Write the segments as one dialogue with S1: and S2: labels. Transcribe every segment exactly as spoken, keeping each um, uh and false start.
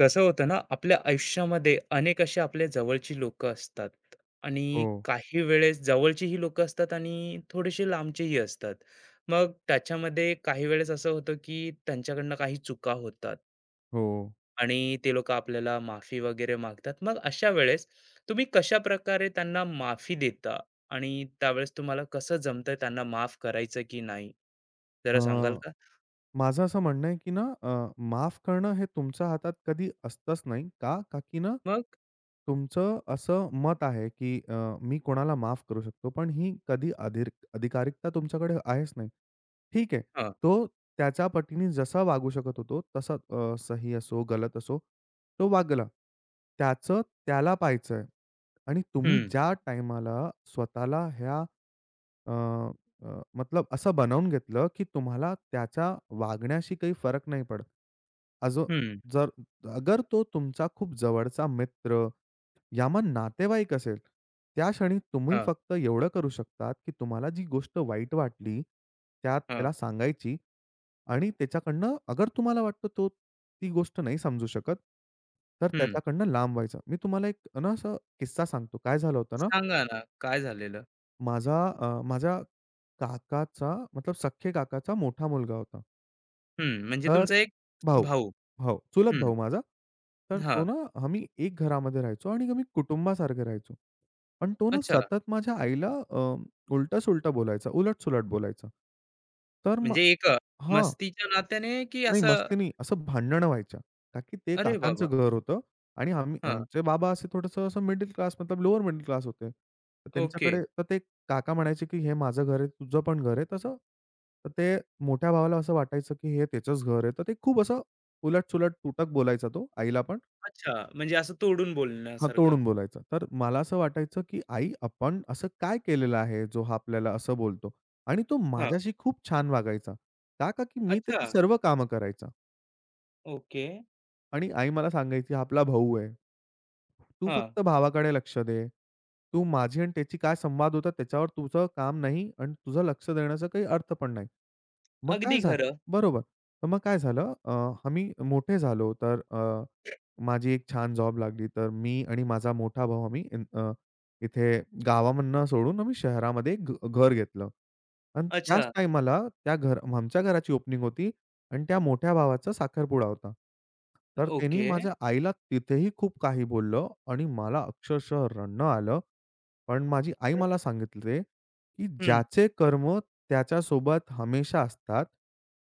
S1: कसं होतं ना आपल्या आयुष्यामध्ये अनेक असे आपल्या जवळची लोक असतात आणि
S2: हो,
S1: काही वेळेस जवळची ही लोक असतात आणि थोडेसे लांबचेही असतात मग त्याच्यामध्ये काही वेळेस असं होतं की त्यांच्याकडनं काही चुका होतात
S2: हो.
S1: आणि ते लोक आपल्याला माफी वगैरे मागतात मग अशा वेळेस तुम्ही कशा प्रकारे त्यांना माफी देता आणि त्यावेळेस तुम्हाला कसं जमतं त्यांना माफ करायचं की नाही
S2: अ,
S1: जरा सांगाल का
S2: माझं असं म्हणणं आहे, की ना अ, माफ करणं हे तुमच्या हातात कधी असतंच नाही. का? का की ना,
S1: मग
S2: तुमचं असं मत आहे, की अ, मी कोणाला माफ करू शकतो. पण ही कधी अधिर अधिकारिकता तुमच्याकडे आहेच नाही. ठीक आहे.
S1: हा
S2: तो त्याच्या पटीने जसा वागू शकत होतो, तसा अ, सही असो, गलत असो, तो वागला. त्याचं त्याला पाहायचंय आणि तुम्ही
S1: हम्म
S2: ज्या टाईमाला स्वतःला ह्या अ, मतलब असं बनवून घेतलं, की तुम्हाला त्याच्या वागण्याशी काही फरक नाही पडत. अजून
S1: हम्म
S2: जर अगर तो तुमचा खूप जवळचा मित्र, यामा मग नातेवाईक असेल, त्या क्षणी तुम्ही
S1: हा
S2: फक्त एवढं करू शकतात, की तुम्हाला जी गोष्ट वाईट वाटली, त्यात
S1: हा
S2: त्याला सांगायची. आणि त्याच्याकडनं अगर तुम्हाला वाटतं तो ती गोष्ट नाही समजू शकत, तर
S1: हम्म
S2: त्याच्याकडनं लांब व्हायचं. मी तुम्हाला एक ना असा किस्सा सांगतो. काय झालं होतं ना.
S1: सांगा ना, काय झालेलं?
S2: माझा अ, माझ्या काकाचा मतलब सख्खे काकाचा मोठा मुलगा होता.
S1: हं, म्हणजे
S2: तर
S1: तुमचा एक
S2: भाऊ,
S1: भाऊ.
S2: हो, चुलत
S1: हं,
S2: भाऊ माझा. तर तो
S1: हां.
S2: ना आम्ही एक घरामध्ये राहायचो आणि आम्ही कुटुंबासारखे राहायचो. पण तो ना
S1: अच्छा.
S2: सतत माझ्या आईला अ, उलटं-सुलटं बोलायचा, उलट-सुलट बोलायचा. तर मग
S1: म्हणजे एक अ,
S2: हां.
S1: मस्तीच्या नात्याने की
S2: नाही
S1: असं
S2: मस्ती नाही, असं भांडणं व्हायच्या. का की ते
S1: अरे
S2: काकांचं
S1: बाबा!
S2: घर होतं आणि आम्ही
S1: हां,
S2: आमचे बाबा असे थोडंसं असं मिडल क्लास मतलब लोअर मिडल क्लास होते. तर
S1: ओके.
S2: त्यांच्याकडे तर ते काका म्हणायचे, की "हे माझं घर आहे, तुझं पण घर आहे." तसं तर ते मोठ्या भावाला असं वाटायचं, की हे त्याचंच घर आहे. तर ते खूप असं उलट-सुलट तुटक बोलायचा तो आईला पण.
S1: अच्छा, म्हणजे असं तोडून
S2: हां,
S1: बोलण्यासारखं.
S2: तोडून बोलायचा. तर मला असं वाटायचं, की आई आपण असं काय केलेलं आहे, जो हा आपल्याला असं बोलतो? आणि तो
S1: हां.
S2: माझ्याशी खूप छान वागायचा. का? का की मी
S1: अच्छा,
S2: त्याची सर्व कामं करायचा.
S1: ओके.
S2: आणि आई मला सांगायची, "हा आपला भाऊ आहे. तू
S1: हां,
S2: फक्त भावाकडे लक्ष दे. तू माझी आणि त्याची काय संवाद होता त्याच्यावर तुझं काम नाही आणि तुझं लक्ष देण्याचा काही अर्थ पण नाही." मग
S1: अगदी
S2: काय झालं.
S1: खरं.
S2: बरोबर. तर मग काय झालं अ, आम्ही मोठे झालो. तर अ, माझी एक छान जॉब लागली. तर मी आणि माझा मोठा भाऊ आम्ही इन अ, इथे गावामधनं सोडून आम्ही शहरामध्ये एक घ घर घेतलं. आणि त्याच
S1: अच्छा,
S2: टाईमाला त्या घर आमच्या घराची ओपनिंग होती आणि त्या मोठ्या भावाचा साखरपुडा होता. तर त्यांनी
S1: ओके.
S2: माझ्या आईला तिथेही खूप काही बोललं आणि मला अक्षरशः रडणं आलं. पण माझी आई मला सांगितले, की
S1: हं,
S2: ज्याचे कर्म त्याच्यासोबत हमेशा असतात,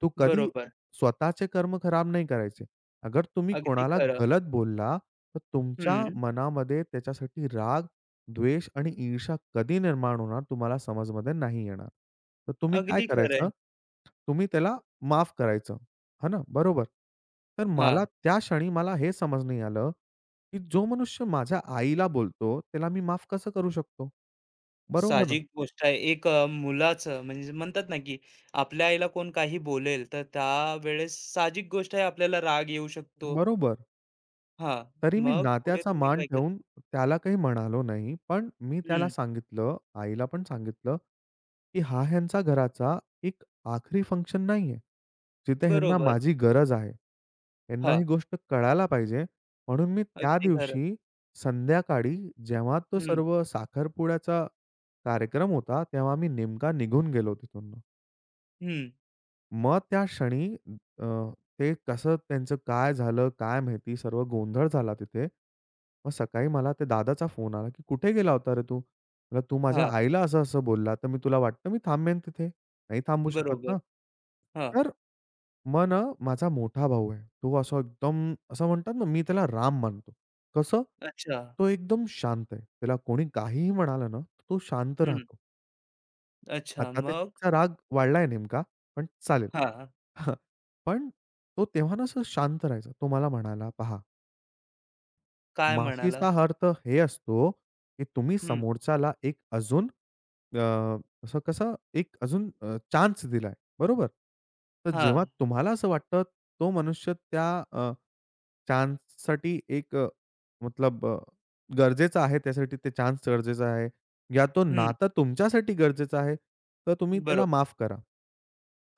S2: तो कधी
S1: बरोबर.
S2: स्वतःचे कर्म खराब नाही करायचे. अगर तुम्ही
S1: अगदी
S2: कोणाला
S1: खरं.
S2: गलत बोलला, तर तुमच्या
S1: हं,
S2: मनामध्ये त्याच्यासाठी राग, द्वेष आणि ईर्ष्या कधी निर्माण होणार तुम्हाला समजमध्ये नाही येणार. तर तुम्ही काय
S1: अगदी खरं आहे.
S2: करायचं? तुम्ही त्याला माफ करायचं. है ना? बरोबर. तर मला त्या क्षणी मला हे समज नाही आलं की जो मनुष्य माझ्या आईला बोलतो, त्याला मी माफ कसं करू शकतो? बरोबर ना?
S1: साहजिक गोष्ट आहे. एक अ, मुलाचं म्हणजे म्हणतात ना, की आपल्या आईला कोण काही बोलेल, तर त्यावेळेस साहजिक गोष्ट आहे आपल्याला राग येऊ शकतो.
S2: बरोबर.
S1: हां,
S2: तरी मी
S1: मग पुढे
S2: नात्याचा
S1: तुम्ही
S2: मान
S1: काय केलं?
S2: ठेवून त्याला काही म्हणालो नाही. पण मी त्याला
S1: हं,
S2: सांगितलं, आईला पण सांगितलं, की हा ह्यांचा घराचा एक आखरी फंक्शन नाहीये. जिथे ह्यांना
S1: बरोबर.
S2: माझी गरज आहे. ह्यांना
S1: हां,
S2: ही गोष्ट कळायला पाहिजे. म्हणून मी त्या
S1: अगदी खरं.
S2: दिवशी संध्याकाळी जेव्हा तो
S1: हं,
S2: सर्व साखरपुड्याचा कार्यक्रम होता, तेव्हा मी नेमका निघून गेलो तिथून.
S1: हं.
S2: मग त्या क्षणी अ, ते कसं त्यांचं काय झालं, काय माहिती सर्व गोंधळ झाला तिथे. मग सकाळी मला ते दादाचा फोन आला, की "कुठे गेला होता रे तू?" म्हटलं, "तू माझ्या
S1: हां,
S2: आईला असं-असं बोलला, तर मी तुला वाटतं मी थांबेन तिथे? नाही थांबू शकत
S1: बरोबर.
S2: ना."
S1: हां,
S2: तर मग ना माझा मोठा भाऊ आहे. तो असा एकदम असं म्हणतात ना, मी त्याला राम मानतो. कसं?
S1: अच्छा.
S2: तो एकदम शांत आहे. त्याला कोणी काहीही म्हणालं ना, तो शांत
S1: हं,
S2: राहतो.
S1: अच्छा.
S2: आता
S1: मग?
S2: त्याचा राग वाढलाय नेमका, पण चालेल.
S1: हां,
S2: हां. पण तो तेव्हा ना असं शांत राहायचा. तो मला म्हणाला, "पहा,
S1: काय म्हणाला?
S2: माफीचा अर्थ हे असतो, की तुम्ही
S1: हं,
S2: समोरच्याला एक अजून अ, असं कसं एक अजून अ, चान्स दिलाय, बरोबर? तर
S1: हां,
S2: जेव्हा तुम्हाला असं वाटतं, तो मनुष्य त्या अ, चान्ससाठी एक अ" मतलब अ, गरजेचं आहे त्यासाठी ते चान्स गरजेचा आहे. या तो
S1: हं,
S2: नातं तुमच्यासाठी गरजेचं आहे, तर तुम्ही
S1: बरोबर.
S2: त्याला माफ करा.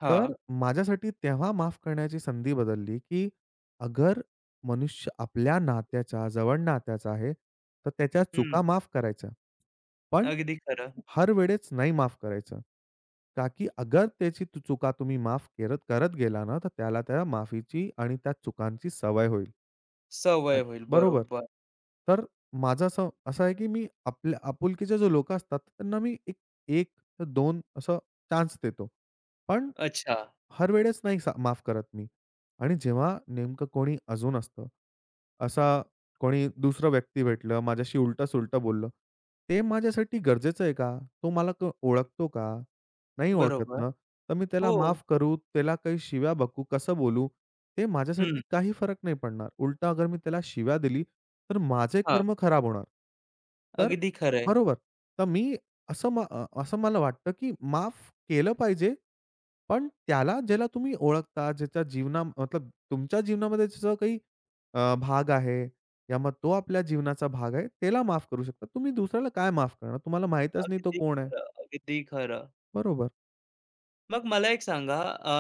S1: हां,
S2: तर माझ्यासाठी तेव्हा माफ करण्याची संधी बदलली, की अगर मनुष्य आपल्या नात्याचा, जवळ नात्याचा आहे, तर त्याच्या
S1: हं,
S2: चुका माफ करायच्या. पण
S1: अगदी खरं.
S2: हर वेळेस नाही माफ करायचं. का की अगर त्याची तू चुका तुम्ही माफ करत करत गेला ना, तर त्याला त्या माफीची आणि त्या चुकांची सवय होईल.
S1: सवय
S2: हट
S1: होईल.
S2: बरोबर.
S1: बरोबर.
S2: तर माझं असं असं आहे, की मी आपल्या आपुलकीचे जे लोकं असतात, त्यांना मी एक 1 ते दोन असं चान्स देतो. पण
S1: अच्छा.
S2: हर वेळेस नाही सा माफ करत मी. आणि जेव्हा नेमकं कोणी अजून असतं, असा कोणी दुसरं व्यक्ती भेटलं, माझ्याशी उलटं-सुलटं बोललं. ते माझ्यासाठी गरजेचं आहे का? तो मला क ओळखतो का? नाही ओळखत
S1: बरोबर.
S2: ना, तर मी
S1: हो.
S2: त्याला माफ करू, त्याला काही शिव्या बकू, कसं बोलू? ते
S1: हं,
S2: माझ्यासाठी काही फरक नाही पडणार. उलटा अगर मी त्याला शिव्या दिली, तर माझे
S1: हां.
S2: कर्म खराब होणार. तर
S1: अगदी खरंय.
S2: बरोबर. तर मी असं म अ, असं मला वाटतं, की माफ केलं पाहिजे, पण त्याला ज्याला तुम्ही ओळखता, ज्याच्या जीवना मतलब तुमच्या जीवनामध्ये त्याचा काही अ, भाग आहे या मग तो आपल्या जीवनाचा भाग आहे, त्याला माफ करू शकता. तुम्ही दुसऱ्याला काय माफ करणार? तुम्हाला माहीतच नाही तो
S1: अगदी
S2: कोण आहे.
S1: खरं, अगदी खरं.
S2: बरोबर.
S1: मग मला एक सांगा अ,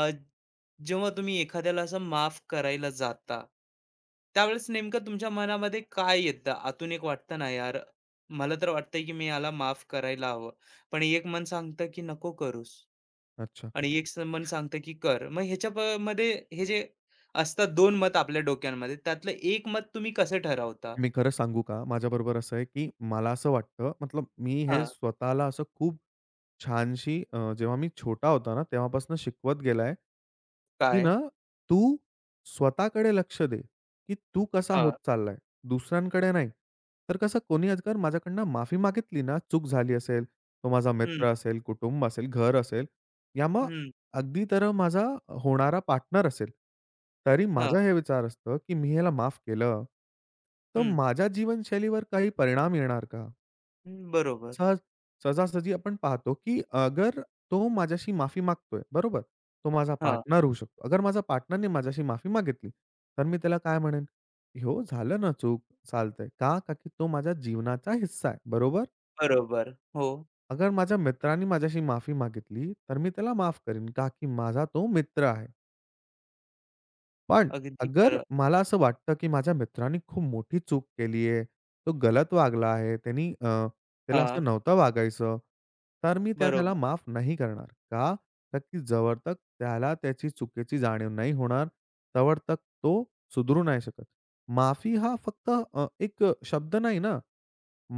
S1: जेव्हा तुम्ही एखाद्याला असं माफ करायला जाता, त्यावेळेस नेमकं तुमच्या मनामध्ये काय येतं? आतून एक वाटतं ना, "यार, मला तर वाटतंय की मी याला माफ करायला हवं." पण एक मन सांगतं की "नको करूस"
S2: अच्छा.
S1: आणि एक स मन सांगतं की "कर." मग ह्याच्या प मध्ये हे जे असतात दोन मत आपल्या डोक्यांमध्ये, त्यातलं एक मत तुम्ही कसं ठरवता?
S2: मी खरं सांगू का? माझ्याबरोबर असं आहे, की मला असं वाटतं मतलब मी हे
S1: हां.
S2: स्वतःला असं खूप छानशी अ, जेव्हा मी छोटा होता ना, तेव्हापासून शिकवत गेलाय, की
S1: काय?
S2: ना तू स्वतःकडे लक्ष दे, की तू कसा होत
S1: हां.
S2: चाललाय, दुसऱ्यांकडे नाही. तर कसं कोणी आजकाल माझ्याकडनं माफी मागितली ना, चूक झाली असेल, तो माझा
S1: हं,
S2: मित्र असेल, कुटुंब असेल, घर असेल, या मग
S1: हं.
S2: अगदी तर माझा होणारा पार्टनर असेल. तरी
S1: हां.
S2: माझा हे विचार असतं, की मी ह्याला माफ केलं, तर
S1: हं.
S2: माझ्या जीवनशैलीवर काही परिणाम येणार का?
S1: हं. बरोबर.
S2: सहज सहजासहजी आपण पाहतो, की अगर तो माझ्याशी माफी मागतोय, बरोबर? तो माझा
S1: हां,
S2: पार्टनर होऊ शकतो. अगर माझा पार्टनरने माझ्याशी माफी मागितली, तर मी त्याला काय म्हणेन, "हो, झालं ना चूक, चालतंय." का? का की तो माझ्या जीवनाचा हिस्सा आहे, बरोबर?
S1: बरोबर. हो,
S2: अगर माझ्या मित्राने माझ्याशी माफी मागितली, तर मी त्याला माफ करीन, का की माझा तो मित्र आहे. पण
S1: अगदी
S2: अगर
S1: खरं.
S2: मला असं वाटतं, की माझ्या मित्राने खूप मोठी चूक केली आहे, तो गलत वागला आहे, त्यानी अ, त्याला असं
S1: हां,
S2: नव्हतं वागायचं, तर मी त्या त्याला
S1: बरोबर.
S2: माफ नाही करणार. का? तर की जवळ तक त्याला त्याची चुकीची जाणीव नाही होणार, तोवर तक तो सुधरू नाही शकत. माफी हा फक्त अ, एक शब्द नाही ना.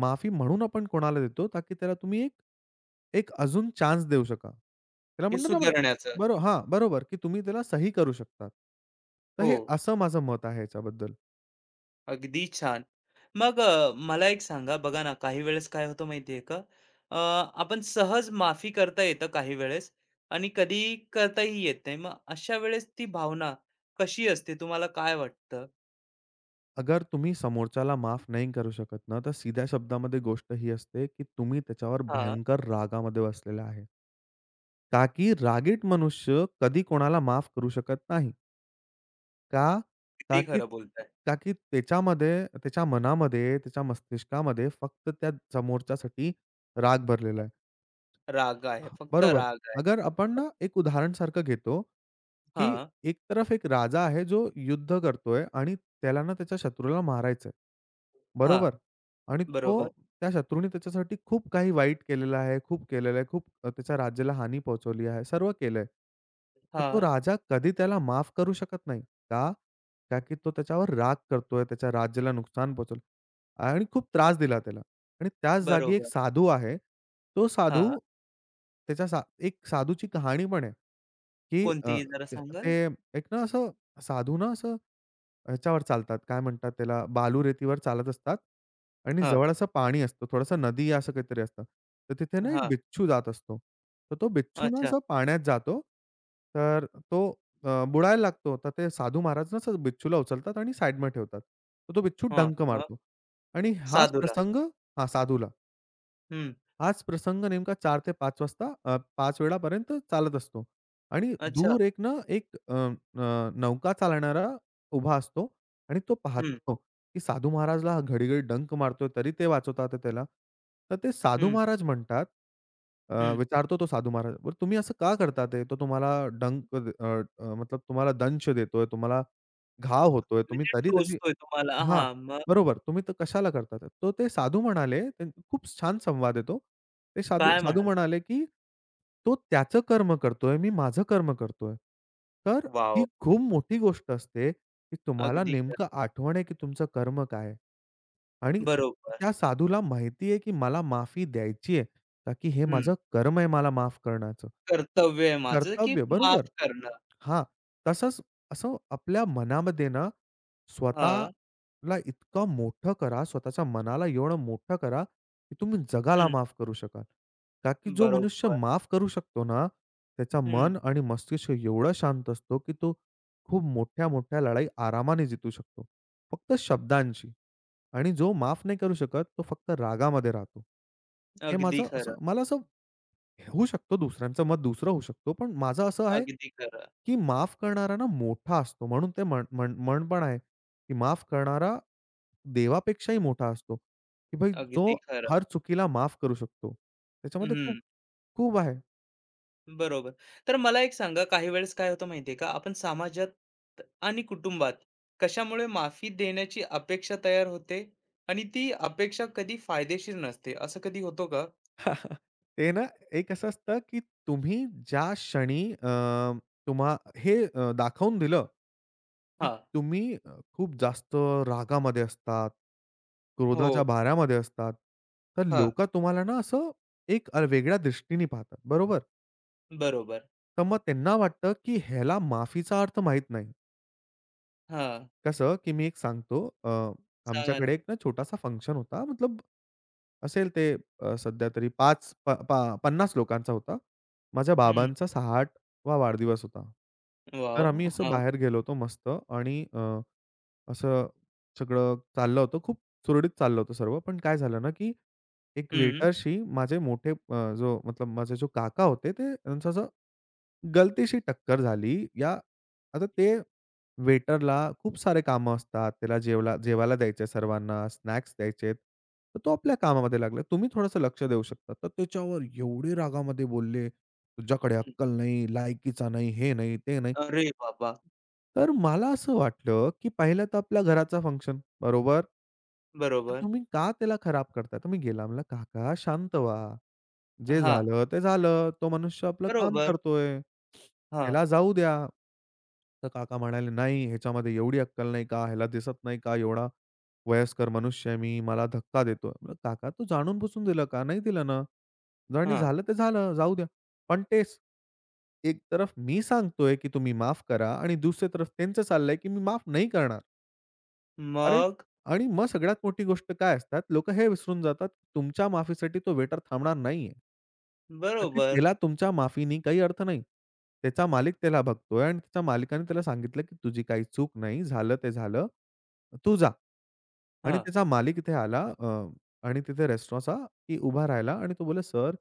S2: माफी म्हणून आपण कोणाला देतो, ताकी त्याला तुम्ही एक एक अजून चान्स देऊ शका. त्याला
S1: ते
S2: म्हणतो ना आपण
S1: सुधारण्याचं.
S2: बरो हां, बरोबर, की तुम्ही त्याला सही करू शकतात. तर
S1: हो,
S2: हे असं माझं मत आहे ह्याच्याबद्दल.
S1: अगदी छान. मग अ, मला एक सांगा, बघा ना, काही वेळेस काय होतं माहिती आहे का, अ, आपण सहज माफी करता येतं काही वेळेस आणि कधी करताही येत नाही. मग अशा वेळेस ती भावना कशी असते, तुम्हाला काय वाटतं?
S2: अगर तुम्ही समोरच्याला माफ नाही करू शकत ना, तर सीध्या शब्दामध्ये गोष्ट ही असते, की तुम्ही त्याच्यावर
S1: हां,
S2: भयंकर रागामध्ये बसलेला आहे. का की रागीट मनुष्य कधी कोणाला माफ करू शकत नाही. का?
S1: अगदी
S2: का की
S1: खरं बोलताय.
S2: का की त्याच्यामध्ये, त्याच्या मनामध्ये, त्याच्या मस्तिष्कामध्ये फक्त त्या समोरच्यासाठी राग भरलेला आहे.
S1: राग आहे,
S2: हां,
S1: फक्त
S2: बरोबर.
S1: राग आहे.
S2: अगर आपण ना एक उदाहरणसारखं घेतो, की
S1: हां,
S2: एक तरफ एक राजा आहे जो युद्ध करतोय आणि त्याला ना त्याच्या शत्रूला मारायचंय.
S1: हां,
S2: बरोबर. आणि तो
S1: बरोबर.
S2: त्या शत्रूने त्याच्यासाठी खूप काही वाईट केलेलं आहे, खूप केलेलं आहे, खूप अ, त्याच्या राज्याला हानी पोहोचवली आहे, सर्व केलंय. तर तो
S1: हां,
S2: राजा कधी त्याला माफ करू शकत नाही. का? का की तो त्याच्यावर राग करतोय, त्याच्या राज्याला नुकसान पोहोचवलं आणि खूप त्रास दिला त्याला. आणि त्याच जागी एक
S1: बरोबर.
S2: साधू आहे. तो साधू
S1: हां,
S2: त्याच्या सा एक साधूची कहाणी पण आहे, की अ,
S1: कोणतीही जरा
S2: ते
S1: सांगाल?
S2: ते एक ना असं साधू ना असं ह्याच्यावर चालतात, काय म्हणतात त्याला, बालू रेतीवर चालत असतात आणि
S1: हां,
S2: जवळ असं पाणी असतं, थोडंसं नदी असं काहीतरी असतं. तर तिथे ना एक
S1: हां.
S2: बिच्छू जात असतो. तर तो बिच्छू ना
S1: अच्छा.
S2: असा पाण्यात जातो. तर तो अ, बुडायला लागतो. तर ते साधू महाराज ना असं बिच्छूला उचलतात आणि साइडमध्ये ठेवतात. तर तो बिच्छू
S1: हां.
S2: डंक
S1: मग?
S2: मारतो आणि हाच
S1: साधूला.
S2: प्रसंग हां, साधूला.
S1: हं.
S2: हाच प्रसंग नेमका चार ते पाच वाजता अ, पाच वेळापर्यंत चालत असतो. आणि
S1: अच्छा.
S2: दूर एक ना एक अ, अ, नौका चालणारा उभा असतो आणि तो
S1: हं,
S2: पाहतो, की साधू महाराजला हा घडी-घडी डंक मारतोय तरी ते वाचवतात आहे त्याला. तर ते साधू
S1: हं,
S2: महाराज म्हणतात, अ,
S1: हं.
S2: विचारतो तो साधू महाराज, "बरं तुम्ही असं का करता ते? तो तुम्हाला डंक अ, अ, मतलब तुम्हाला दंश देतोय, तुम्हाला घाव होतोय, तुम्ही
S1: म्हणजे
S2: तरी त्याची
S1: टोचतोय तुम्हाला
S2: हां,
S1: हां, मग
S2: बरोबर. तुम्ही तर कशाला करता ते?" तर ते साधू म्हणाले, ते खूप छान संवाद आहे तो. ते साधू
S1: काय
S2: साधू
S1: म्हणालात?
S2: म्हणाले, की "तो त्याचं कर्म करतोय, मी माझं कर्म करतोय." तर ही
S1: वॉव!
S2: खूप मोठी गोष्ट असते, की तुम्हाला
S1: अगदी खरं.
S2: नेमकं आठवण आहे, की तुमचं कर्म काय आहे? आणि
S1: बरोबर.
S2: त्या साधूला माहिती आहे, की मला माफी द्यायची आहे, का की हे
S1: हं.
S2: माझं कर्म आहे मला माफ करण्याचं. तर
S1: कर्तव्य आहे माझं, की
S2: कर्तव्य बरोबर.
S1: माफ करणं.
S2: हां, तसंच असं आपल्या मनामध्ये ना,
S1: हां.
S2: स्वतःला इतकं मोठं करा, स्वतःच्या मनाला एवढं मोठं करा, की तुम्ही जगाला
S1: हं.
S2: माफ करू शकाल. का की जो मनुष्य
S1: बरोबर.
S2: माफ करू शकतो ना, त्याचं
S1: हं.
S2: मन आणि मस्तिष्क एवढं शांत असतो, की तो खूप मोठ्या-मोठ्या लढाई आरामाने जितू शकतो. फक्त शब्दांशी. आणि जो माफ नाही करू शकत, तो फक्त रागामध्ये राहतो. हे
S1: अगदी
S2: माझं
S1: खरं,
S2: असं मला असं होऊ शकतो दुसऱ्यांचं मत दुसरं होऊ शकतो. पण माझं असं आहे,
S1: अगदी खरं,
S2: की माफ करणारा ना मोठा असतो. म्हणून ते म्हण म्हण म्हण पण आहे, की माफ करणारा देवापेक्षाही मोठा असतो, की भाई जो
S1: अगदी खरं.
S2: हर चुकीला माफ करू शकतो. त्याच्यामध्ये खूप
S1: हं.
S2: खूप आहे.
S1: बरोबर. तर मला एक सांगा, काही वेळेस काय होतं माहिती आहे का, आपण समाजात आणि कुटुंबात कशामुळे माफी देण्याची अपेक्षा तयार होते आणि ती अपेक्षा कधी फायदेशीर नसते, असं कधी होतो का?
S2: ते ना एक असं असतं, की तुम्ही ज्या क्षणी अ, तुम्हा हे अ, दाखवून दिलं, की
S1: हां.
S2: तुम्ही अ, खूप जास्त रागामध्ये असतात, क्रोधाच्या
S1: हो.
S2: भारामध्ये असतात, तर
S1: हां.
S2: लोकं तुम्हाला ना असं एक अ, वेगळ्या दृष्टीने पाहतात, बरोबर?
S1: बरोबर.
S2: तर मग त्यांना वाटतं, की ह्याला माफीचा अर्थ माहीत नाही.
S1: हां.
S2: कसं, की मी एक सांगतो अ,
S1: सांगा ना.
S2: आमच्याकडे एक ना छोटासा फंक्शन होता. मतलब असेल ते अ, सध्या तरी पाच प पा पन्नास लोकांचा होता. माझ्या
S1: हं.
S2: बाबांचा अडुसष्टावा वा वाढदिवस होता. तर
S1: वॉव!
S2: आम्ही असं
S1: हां.
S2: बाहेर गेलो होतो मस्त आणि अ असं सगळं चाललं होतं. खूप सुरळीत चाललं होतं सर्व. पण काय झालं ना, की एक
S1: हं.
S2: वेटरशी माझे मोठे अ, जो मतलब माझे जो काका होते ते त्यांचं असं गलतीशी टक्कर झाली. या आता ते वेटरला खूप सारे कामं असतात. त्याला जेवला जेवायला द्यायचे सर्वांना, स्नॅक्स द्यायचेत. तर तो आपल्या कामामध्ये लागला. तुम्ही थोडंसं लक्ष देऊ शकता. तर त्याच्यावर एवढे रागामध्ये बोलले. "तुझ्याकडे
S1: हं.
S2: अक्कल नाही, लायकीचा नाही, हे नाही, ते नाही."
S1: अरे बाबा!
S2: तर मला असं वाटलं, की पाहिलं तर आपल्या घराचा फंक्शन, बरोबर? तर
S1: बरोबर.
S2: तुम्ही का त्याला खराब करताय? तर मी गेला म्हणला, "काका शांत व्हा. जे
S1: हां.
S2: झालं ते झालं. तो मनुष्य आपलं काम
S1: बरोबर.
S2: करतोय.
S1: हां.
S2: त्याला जाऊ द्या." तर काका म्हणाले, "नाही, ह्याच्यामध्ये एवढी अक्कल नाही का? ह्याला दिसत नाही का? एवढा वयस्कर मनुष्य आहे मी. मला धक्का देतोय." म्हटलं, "काका तू जाणून-बुसून दिलं का? नाही दिलं ना. आणि
S1: हां.
S2: झालं ते झालं. जाऊ द्या." पण तेच एक तरफ मी सांगतोय, की तुम्ही माफ करा आणि दुसरी तरफ त्यांचं चाललंय, की मी माफ नाही करणार. अरे!
S1: मग?
S2: आणि मग सगळ्यात मोठी गोष्ट काय असतात, लोकं हे विसरून जातात, तुमच्या माफीसाठी तो वेटर थांबणार नाहीये. कारण की
S1: बरोबर.
S2: त्याला तुमच्या माफीनी काही अर्थ नाही. त्याचा मालिक त्याला बघतोय आणि त्याच्या मालकाने त्याला सांगितलं, की तुझी काही चूक नाही, झालं ते झालं. तू जा. आणि
S1: हां.
S2: त्याचा मालिक इथे आला अ, आणि तिथे रेस्टॉरंटचा की उभा राहिला आणि तो बोलला, "सर,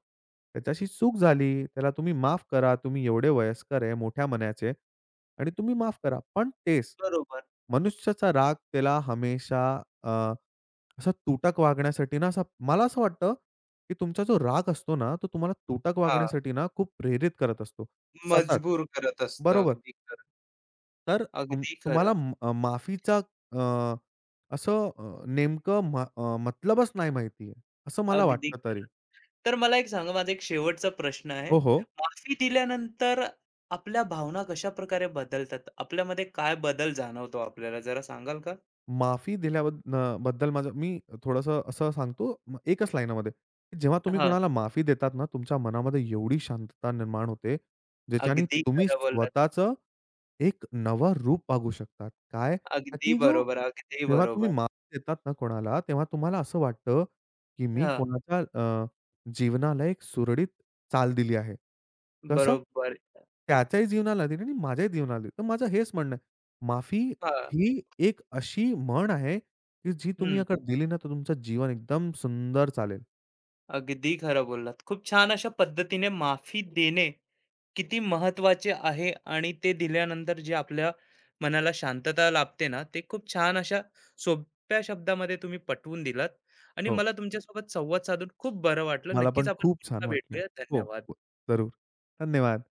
S2: त्याच्याशी चूक झाली. त्याला तुम्ही माफ करा. तुम्ही एवढे वयस्कर आहे, मोठ्या मनाचे आणि तुम्ही माफ करा." पण तेच,
S1: बरोबर.
S2: मनुष्याचा राग त्याला हमेशा अ, असा तुटक वागण्यासाठी ना, असा मला असं वाटतं, की तुमचा जो राग असतो ना, तो तुम्हाला तुटक
S1: हां.
S2: वागण्यासाठी ना, खूप प्रेरित करत असतो. सतत.
S1: मजबूर करत असतं.
S2: बरोबर.
S1: अगदी खरं.
S2: तर तुम
S1: अगदी
S2: तुम्हाला
S1: खरं.
S2: म- अ, माफीचा अ, असं अ, नेमकं म अ, मतलबच नाही माहिती आहे, असं मला
S1: अगदी
S2: वाटतं तरी.
S1: खरं. तर मला एक सांगा, माझा एक शेवटचा प्रश्न आहे.
S2: हो, हो.
S1: माफी दिल्यानंतर आपल्या भावना कशाप्रकारे बदलतात? आपल्यामध्ये काय बदल जाणवतो आपल्याला जरा सांगाल का?
S2: माफी दिल्याबद अ, बद्दल माझं मी थोडंसं असं सांगतो म एकच लाईनमध्ये, की जेव्हा तुम्ही
S1: हां.
S2: कोणाला माफी देतात ना, तुमच्या मनामध्ये एवढी शांतता निर्माण होते, ज्याच्याने
S1: अगदी
S2: तुम्ही
S1: खरं बोललात.
S2: स्वतःचं एक नवं रूप पागू शकतात. काय? का
S1: अगदी
S2: की जो
S1: बरोबर, अगदी
S2: जेव्हा तुम्ही
S1: बरोबर.
S2: मार्क्स देतात ना कोणाला, तेव्हा तुम्हाला असं वाटतं, की मी
S1: हां,
S2: कोणाच्या अ, जीवनाला एक सुरळीत चाल दिली आहे. कसं?
S1: बरोबर.
S2: त्याच्याही जीवनाला दिली आणि माझ्याही जीवनाला दिली. तर माझं हेच म्हणणं आहे, माफी
S1: हां.
S2: ही एक अशी म्हण आहे, की जी तुम्ही
S1: हं.
S2: अगर दिली ना, तर तुमचं जीवन एकदम सुंदर चालेल.
S1: अगदी खरं बोललात. खूप छान अशा पद्धतीने माफी देणे किती महत्वाचे आहे आणि ते दिल्यानंतर जे आपल्या मनाला शांतता लाभते ना, ते खूप छान अशा सोप्या शब्दामध्ये तुम्ही पटवून दिलात आणि
S2: हो,
S1: मला तुमच्यासोबत संवाद साधून खूप बरं वाटलं.
S2: मला
S1: नक्कीच
S2: पण
S1: आपण
S2: खूप छान
S1: पुन्हा
S2: वाटलं.
S1: भेटूया.
S2: हो, हो.
S1: धन्यवाद.
S2: जरूर. धन्यवाद.